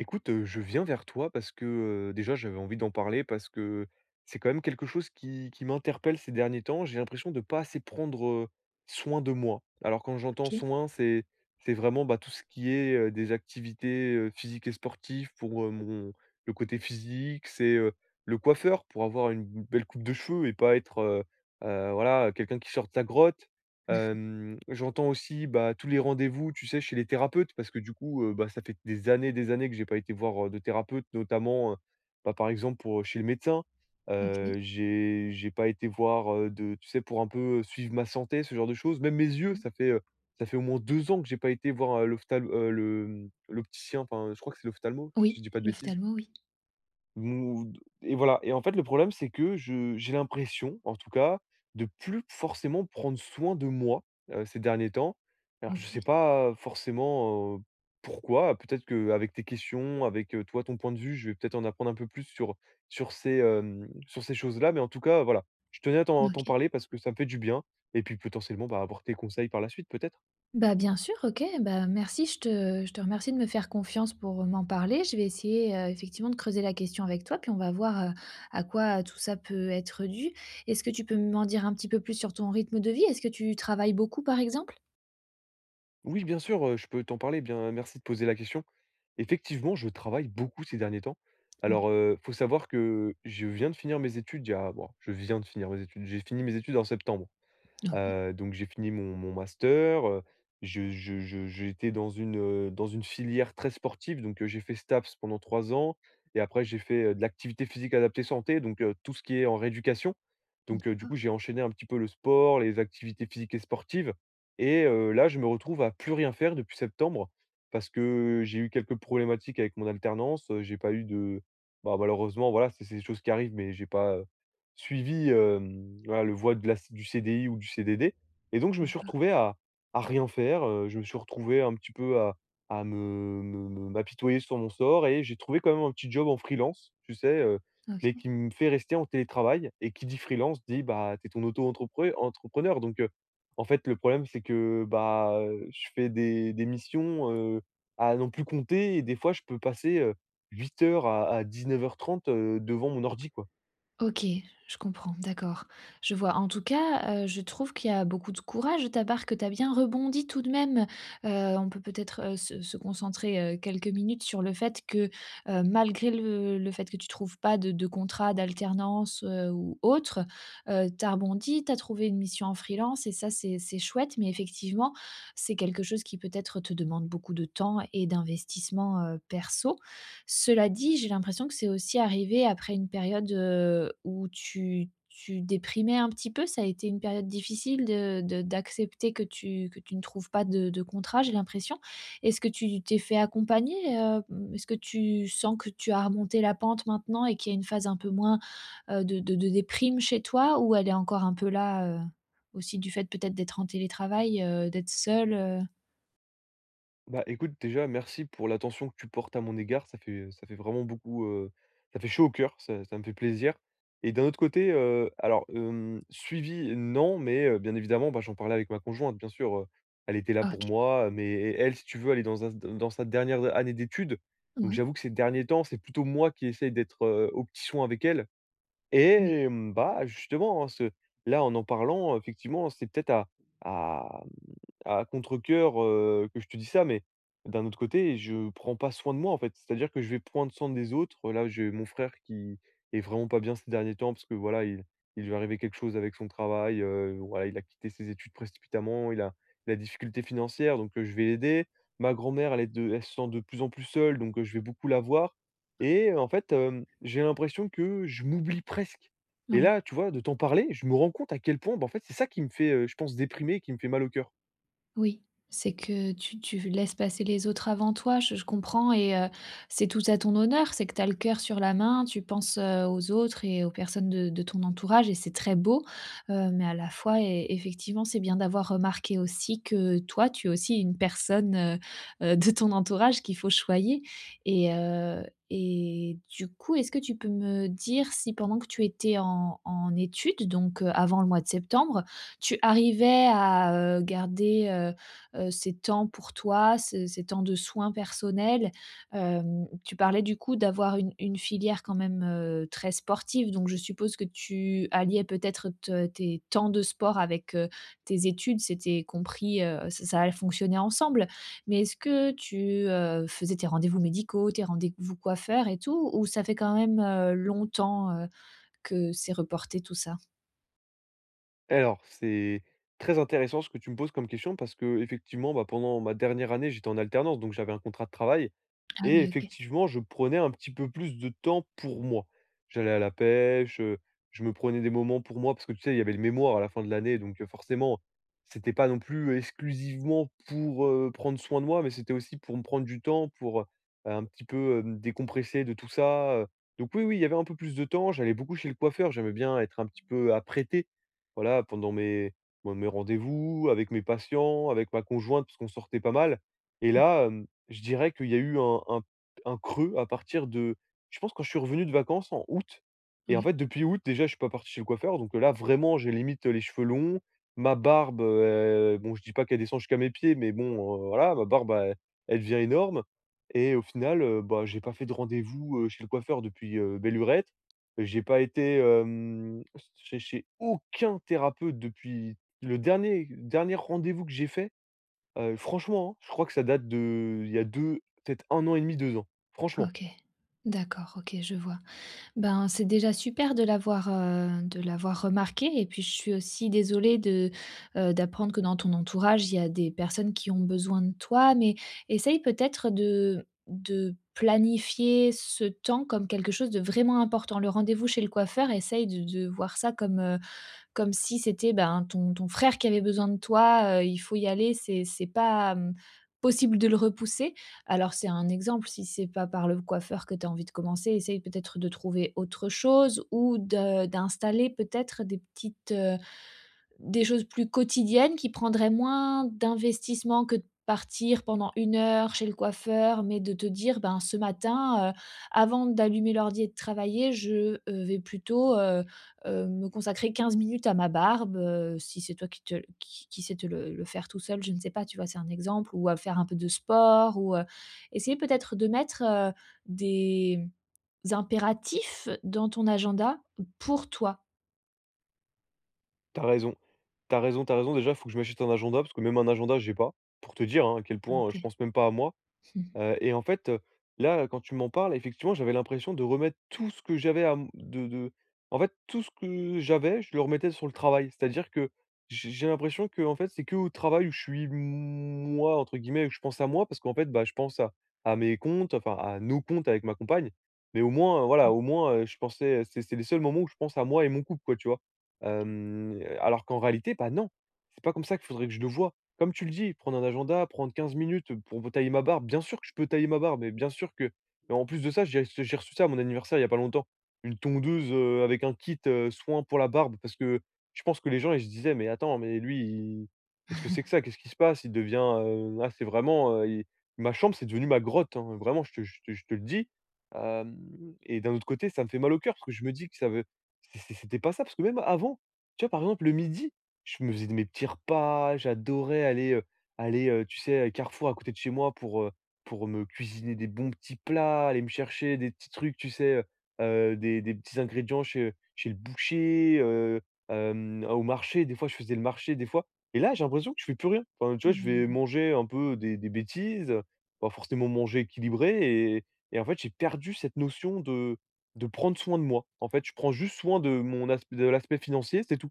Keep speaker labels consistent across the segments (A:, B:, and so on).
A: Écoute, je viens vers toi parce que, déjà j'avais envie d'en parler parce que c'est quand même quelque chose qui m'interpelle ces derniers temps. J'ai l'impression de pas assez prendre, soin de moi. Alors quand j'entends
B: OK,
A: soin, c'est vraiment, bah, tout ce qui est, des activités, physiques et sportives pour, mon le côté physique. C'est, le coiffeur pour avoir une belle coupe de cheveux et pas être, voilà, quelqu'un qui sort de sa grotte. J'entends aussi, bah, tous les rendez-vous, tu sais, chez les thérapeutes parce que du coup, bah, ça fait des années que j'ai pas été voir, de thérapeute notamment, bah, par exemple pour, chez le médecin.
B: OK.
A: J'ai pas été voir, de tu sais, pour un peu, suivre ma santé, ce genre de choses. Même mes yeux,
B: Mmh.
A: ça fait au moins 2 ans que j'ai pas été voir, l'opticien, enfin, je crois que c'est l'ophtalmo,
B: Oui,
A: si je dis pas de bêtises.
B: l'ophtalmo, oui.
A: Mou et voilà et en fait, le problème, c'est que je j'ai l'impression, en tout cas, de plus forcément prendre soin de moi, ces derniers temps. Alors je sais
B: OK,
A: pas forcément, pourquoi. Peut-être qu'avec tes questions, avec, toi, ton point de vue, je vais peut-être en apprendre un peu plus sur ces, sur ces choses-là, mais en tout cas, voilà, je tenais à t'en
B: OK.
A: parler parce que ça me fait du bien et puis potentiellement, bah, avoir tes conseils par la suite, peut-être.
B: Bah, bien sûr, OK. Bah, merci, je te remercie de me faire confiance pour, m'en parler. Je vais essayer, effectivement de creuser la question avec toi, puis on va voir, à quoi tout ça peut être dû. Est-ce que tu peux m'en dire un petit peu plus sur ton rythme de vie? Est-ce que tu travailles beaucoup, par exemple?
A: Oui, bien sûr, je peux t'en parler, bien merci de poser la question. Effectivement, je travaille beaucoup ces derniers temps.
B: Mmh.
A: Alors, faut savoir que je viens de finir mes études il y a bon, je viens de finir mes études, j'ai fini mes études en septembre.
B: OK.
A: Donc j'ai fini mon master, je j'étais dans une filière très sportive, donc j'ai fait STAPS pendant 3 ans et après j'ai fait, de l'activité physique adaptée santé, donc tout ce qui est en rééducation. Donc
B: Mmh.
A: du coup, j'ai enchaîné un petit peu le sport, les activités physiques et sportives et là, je me retrouve à plus rien faire depuis septembre parce que j'ai eu quelques problématiques avec mon alternance, j'ai pas eu de, bah, malheureusement, voilà, c'est des choses qui arrivent, mais j'ai pas, suivi, voilà, le voie de la du c du CDI ou du CDD et donc je me suis retrouvé à rien faire, je me suis retrouvé un petit peu à me me me m'apitoyer sur mon sort et j'ai trouvé quand même un petit job en freelance, tu sais, mais
B: OK.
A: qui me fait rester en télétravail et qui dit freelance dit, bah, t'es ton auto entrepreneur donc en fait, le problème, c'est que, bah, je fais des missions, à non plus compter et des fois, je peux passer, 8 heures à 19h30, devant mon ordi, quoi.
B: OK, je comprends, d'accord. Je vois. En tout cas, je trouve qu'il y a beaucoup de courage de ta part, que tu as bien rebondi tout de même. On peut peut-être se concentrer, quelques minutes sur le fait que, malgré le fait que tu trouves pas de contrat d'alternance, ou autre, tu as rebondi, tu as trouvé une mission en freelance et ça c'est chouette, mais effectivement, c'est quelque chose qui peut-être te demande beaucoup de temps et d'investissement, perso. Cela dit, j'ai l'impression que c'est aussi arrivé après une période, où tu déprimais un petit peu? Ça a été une période difficile de d'accepter que tu ne trouves pas de contrat, j'ai l'impression. Est-ce que tu t'es fait accompagner? Mmh, est-ce que tu sens que tu as remonté la pente maintenant et qu'il y a une phase un peu moins, de déprime chez toi? Ou elle est encore un peu là, aussi du fait peut-être d'être en télétravail, d'être seule,
A: Bah, écoute, déjà, merci pour l'attention que tu portes à mon égard. Ça fait vraiment beaucoup. Ça fait chaud au cœur. Ça me fait plaisir. Et d'un autre côté, alors, suivi, non, mais bien évidemment, bah, j'en parlais avec ma conjointe, bien sûr. Elle était là pour
B: OK.
A: moi. Mais elle, si tu veux, elle est dans sa dernière année d'études. Donc,
B: Oui,
A: j'avoue que ces derniers temps, c'est plutôt moi qui essaye d'être au petit soin avec elle.
B: oui.
A: Et, bah, justement, hein, là, en parlant, effectivement, c'est peut-être à contre-cœur, que je te dis ça, mais d'un autre côté, je prends pas soin de moi, en fait. C'est-à-dire que je vais prendre soin des autres. Là, j'ai mon frère qui est vraiment pas bien ces derniers temps parce que voilà, il lui est arrivé quelque chose avec son travail, voilà, il a quitté ses études précipitamment, il a la difficulté financière, donc je vais l'aider. Ma grand-mère, elle se sent de plus en plus seule, donc je vais beaucoup la voir et en fait, j'ai l'impression que je m'oublie presque et là, tu vois, de t'en parler, je me rends compte à quel point, bah, en fait, c'est ça qui me fait, je pense, déprimer qui me fait mal au cœur.
B: Oui, c'est que tu laisses passer les autres avant toi, je comprends et c'est tout à ton honneur, c'est que tu as le cœur sur la main, tu penses, aux autres et aux personnes de ton entourage et c'est très beau, mais à la fois e effectivement, c'est bien d'avoir remarqué aussi que toi, tu es aussi une personne, de ton entourage qu'il faut choyer et heu et du coup, est-ce que tu peux me dire si pendant que tu étais en études, donc avant le mois de septembre, tu arrivais à, garder, ces temps pour toi, ce ces temps de soins personnels? Tu parlais du coup d'avoir une filière quand même, très sportive, donc je suppose que tu alliais peut-être te tes temps de sport avec, tes études. C'était compris, ça fonctionnait ensemble. Mais est-ce que tu, faisais tes rendez-vous médicaux, tes rendez-vous coiffeurs et tout? Ou ça fait quand même, longtemps, que c'est reporté tout ça?
A: Alors, c'est très intéressant ce que tu me poses comme question parce que effectivement, bah, pendant ma dernière année, j'étais en alternance, donc j'avais un contrat de travail.
B: Ah
A: Et
B: oui, OK.
A: effectivement, je prenais un petit peu plus de temps pour moi. J'allais à la pêche, je me prenais des moments pour moi parce que tu sais, il y avait le mémoire à la fin de l'année, donc forcément, c'était pas non plus exclusivement pour prendre soin de moi, mais c'était aussi pour me prendre du temps, pour un petit peu me décompresser de tout ça. Donc oui, oui, il y avait un peu plus de temps. J'allais beaucoup chez le coiffeur, j'aimais bien être un petit peu apprêté, voilà, pendant mes rendez-vous, avec mes patients, avec ma conjointe, parce qu'on sortait pas mal et là, je dirais qu'il y a eu un creux à partir de, je pense, quand je suis revenu de vacances en août et en
B: Ouais.
A: fait depuis août déjà je suis pas parti chez le coiffeur donc, là vraiment j'ai limite, les cheveux longs, ma barbe, bon je dis pas qu'elle descend jusqu'à mes pieds mais bon, voilà ma barbe elle devient énorme et au final, bah, j'ai pas fait de rendez-vous, chez le coiffeur depuis, belle lurette. J'ai pas été, chez aucun thérapeute depuis le dernier rendez-vous que j'ai fait, franchement, hein, je crois que ça date de il y a 2 peut-être un an et demi, 2 ans. Franchement,
B: OK. D'accord, OK, je vois. Ben, c'est déjà super de l'avoir remarqué et puis je suis aussi désolée de, d'apprendre que dans ton entourage, il y a des personnes qui ont besoin de toi, mais essaye peut-être de planifier ce temps comme quelque chose de vraiment important. Le rendez-vous chez le coiffeur, essaye de voir ça comme, comme si c'était, ben, ton frère qui avait besoin de toi, il faut y aller, c'est pas, possible de le repousser. Alors c'est un exemple, si c'est pas par le coiffeur que tu as envie de commencer, essaye peut-être de trouver autre chose ou de d'installer peut-être des petites, des choses plus quotidiennes qui prendraient moins d'investissement que de partir pendant une heure chez le coiffeur, mais de te dire : « Ben, ce matin, avant d'allumer l'ordi et de travailler, je vais plutôt, me consacrer 15 minutes à ma barbe », si c'est toi qui sait te le faire tout seul, je ne sais pas, tu vois? C'est un exemple ou à faire un peu de sport ou, essayer peut-être de mettre, des impératifs dans ton agenda pour toi.
A: t'as raison, t'as raison, t'as raison. Déjà, il faut que je m'achète un agenda parce que même un agenda, j'ai pas, pour te dire, hein, à quel point, je
B: OK.
A: pense même pas à moi. Heu et en fait, là, quand tu m'en parles, effectivement, j'avais l'impression de remettre tout ce que j'avais à m de en fait, tout ce que j'avais, je le remettais sur le travail. C'est-à-dire que j'ai l'impression que en fait, c'est que au travail où je suis «moi» entre guillemets, où je pense à moi parce qu'en fait, bah, je pense à mes comptes, enfin à nos comptes avec ma compagne. Mais au moins, voilà, au moins, je pensais c'est les seuls moments où je pense à moi et mon couple, quoi, tu vois? Alors qu'en réalité, bah, non, c'est pas comme ça qu'il faudrait que je le vois. Comme tu le dis, prendre un agenda, prendre 15 minutes pour tailler ma barbe, bien sûr que je peux tailler ma barbe, mais bien sûr que, mais en plus de ça, j'ai reçu ça à mon anniversaire il n'y a pas longtemps. Une tondeuse, avec un kit, soin pour la barbe parce que je pense que les gens, ils se disaient: «Mais attends, mais lui, il qu'est-ce que c'est que ça? Qu'est-ce qui se passe? Il devient, là, c'est vraiment, il». Ma chambre, c'est devenu ma grotte, hein, vraiment, je te le dis, hem et d'un autre côté, ça me fait mal au cœur parce que je me dis que ça veut c'est c'était pas ça parce que même avant, tu vois, par exemple, le midi, je me faisais de mes petits repas, j'adorais aller, tu sais, à Carrefour à côté de chez moi pour me cuisiner des bons petits plats, aller me chercher des petits trucs, tu sais, des petits ingrédients chez le boucher, au marché. Des fois, je faisais le marché, des fois, et là, j'ai l'impression que je fais plus rien. Enfin, tu vois, je vais
B: Mmh.
A: manger un peu des bêtises, pas forcément manger équilibré et en fait, j'ai perdu cette notion de prendre soin de moi. En fait, je prends juste soin de mon asp de l'aspect financier, c'est tout.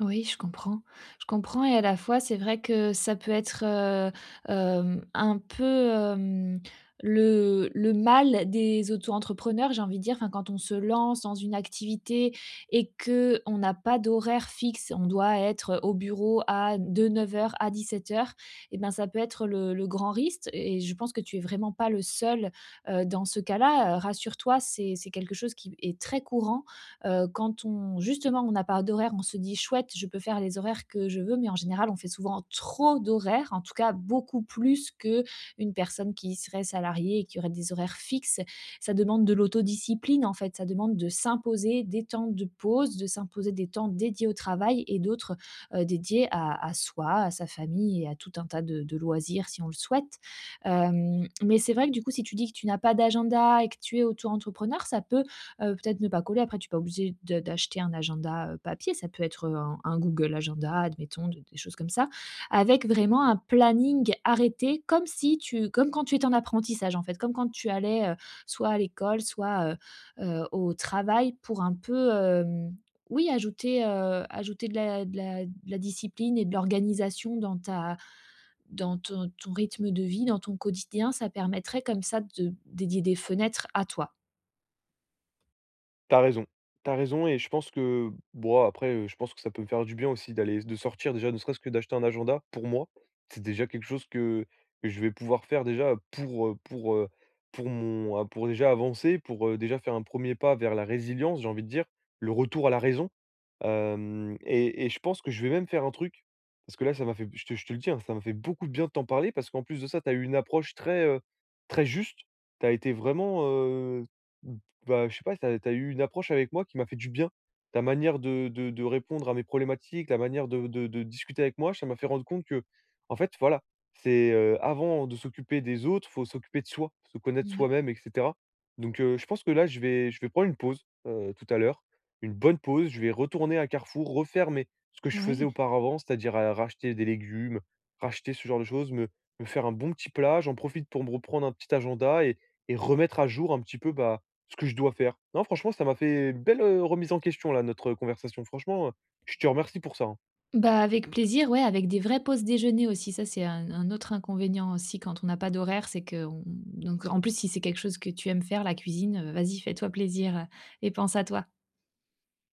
B: Oui, je comprends. Je comprends et à la fois, c'est vrai que ça peut être, un peu, le mal des auto-entrepreneurs, j'ai envie de dire. Enfin, quand on se lance dans une activité et que on n'a pas d'horaire fixe, on doit être au bureau à de 9 heures à 17 heures, et ben, ça peut être le grand risque et je pense que tu es vraiment pas le seul, dans ce cas-là. Rassure-toi, c'est quelque chose qui est très courant. Quand on justement, on n'a pas d'horaire, on se dit : « Chouette, je peux faire les horaires que je veux », mais en général, on fait souvent trop d'horaires, en tout cas beaucoup plus que une personne qui serait salariée et qui aurait des horaires fixes. Ça demande de l'autodiscipline, en fait, ça demande de s'imposer des temps de pause, de s'imposer des temps dédiés au travail et d'autres, dédiés à soi, à sa famille et à tout un tas de loisirs si on le souhaite. Mais c'est vrai que du coup, si tu dis que tu n'as pas d'agenda et que tu es auto-entrepreneur, ça peut peut-être ne pas coller. Après, tu n'es pas obligé de d'acheter un agenda, papier. Ça peut être, un Google Agenda, admettons, de des choses comme ça, avec vraiment un planning arrêté comme si tu comme quand tu étais en apprentissage, en fait, comme quand tu allais, soit à l'école, soit, au travail pour un peu, oui, ajouter, ajouter de la discipline et de l'organisation dans ta dans ton rythme de vie, dans ton quotidien, ça permettrait comme ça de dédier des fenêtres à toi?
A: T'as raison. T'as raison et je pense que bon après, je pense que ça peut me faire du bien aussi d'aller de sortir déjà, ne serait-ce que d'acheter un agenda pour moi. C'est déjà quelque chose que je vais pouvoir faire déjà pour mon a pour déjà avancer, pour, déjà faire un premier pas vers la résilience, j'ai envie de dire, le retour à la raison. Hem et je pense que je vais même faire un truc, parce que là, ça m'a fait, je te le dis, hein, ça m'a fait beaucoup de bien de t'en parler parce qu'en plus de ça, tu as eu une approche très juste. Tu as été vraiment, bah, je sais pas, tu as eu une approche avec moi qui m'a fait du bien. Ta manière de répondre à mes problématiques, la manière de discuter avec moi, ça m'a fait rendre compte que, en fait, voilà, avant de s'occuper des autres, faut s'occuper de soi, se connaître
B: Mouais,
A: soi-même et cetera. Donc je pense que là, je vais prendre une pause, tout à l'heure une bonne pause, je vais retourner à Carrefour, refaire mes ce que je faisais
B: ouais.
A: auparavant, c'est-à-dire, racheter des légumes, racheter ce genre de choses, me me faire un bon petit plat. J'en profite pour me reprendre un petit agenda et remettre à jour un petit peu, bah, ce que je dois faire. Non, franchement, ça m'a fait une belle, remise en question là, notre conversation. Franchement, je te remercie pour ça, hein.
B: Bah, avec plaisir, ouais, avec des vraies pauses déjeuner aussi. Ça, c'est un autre inconvénient aussi quand on n'a pas d'horaire, c'est qu'on donc en plus, si c'est quelque chose que tu aimes faire, la cuisine, vas-y, fais-toi plaisir, et pense à toi.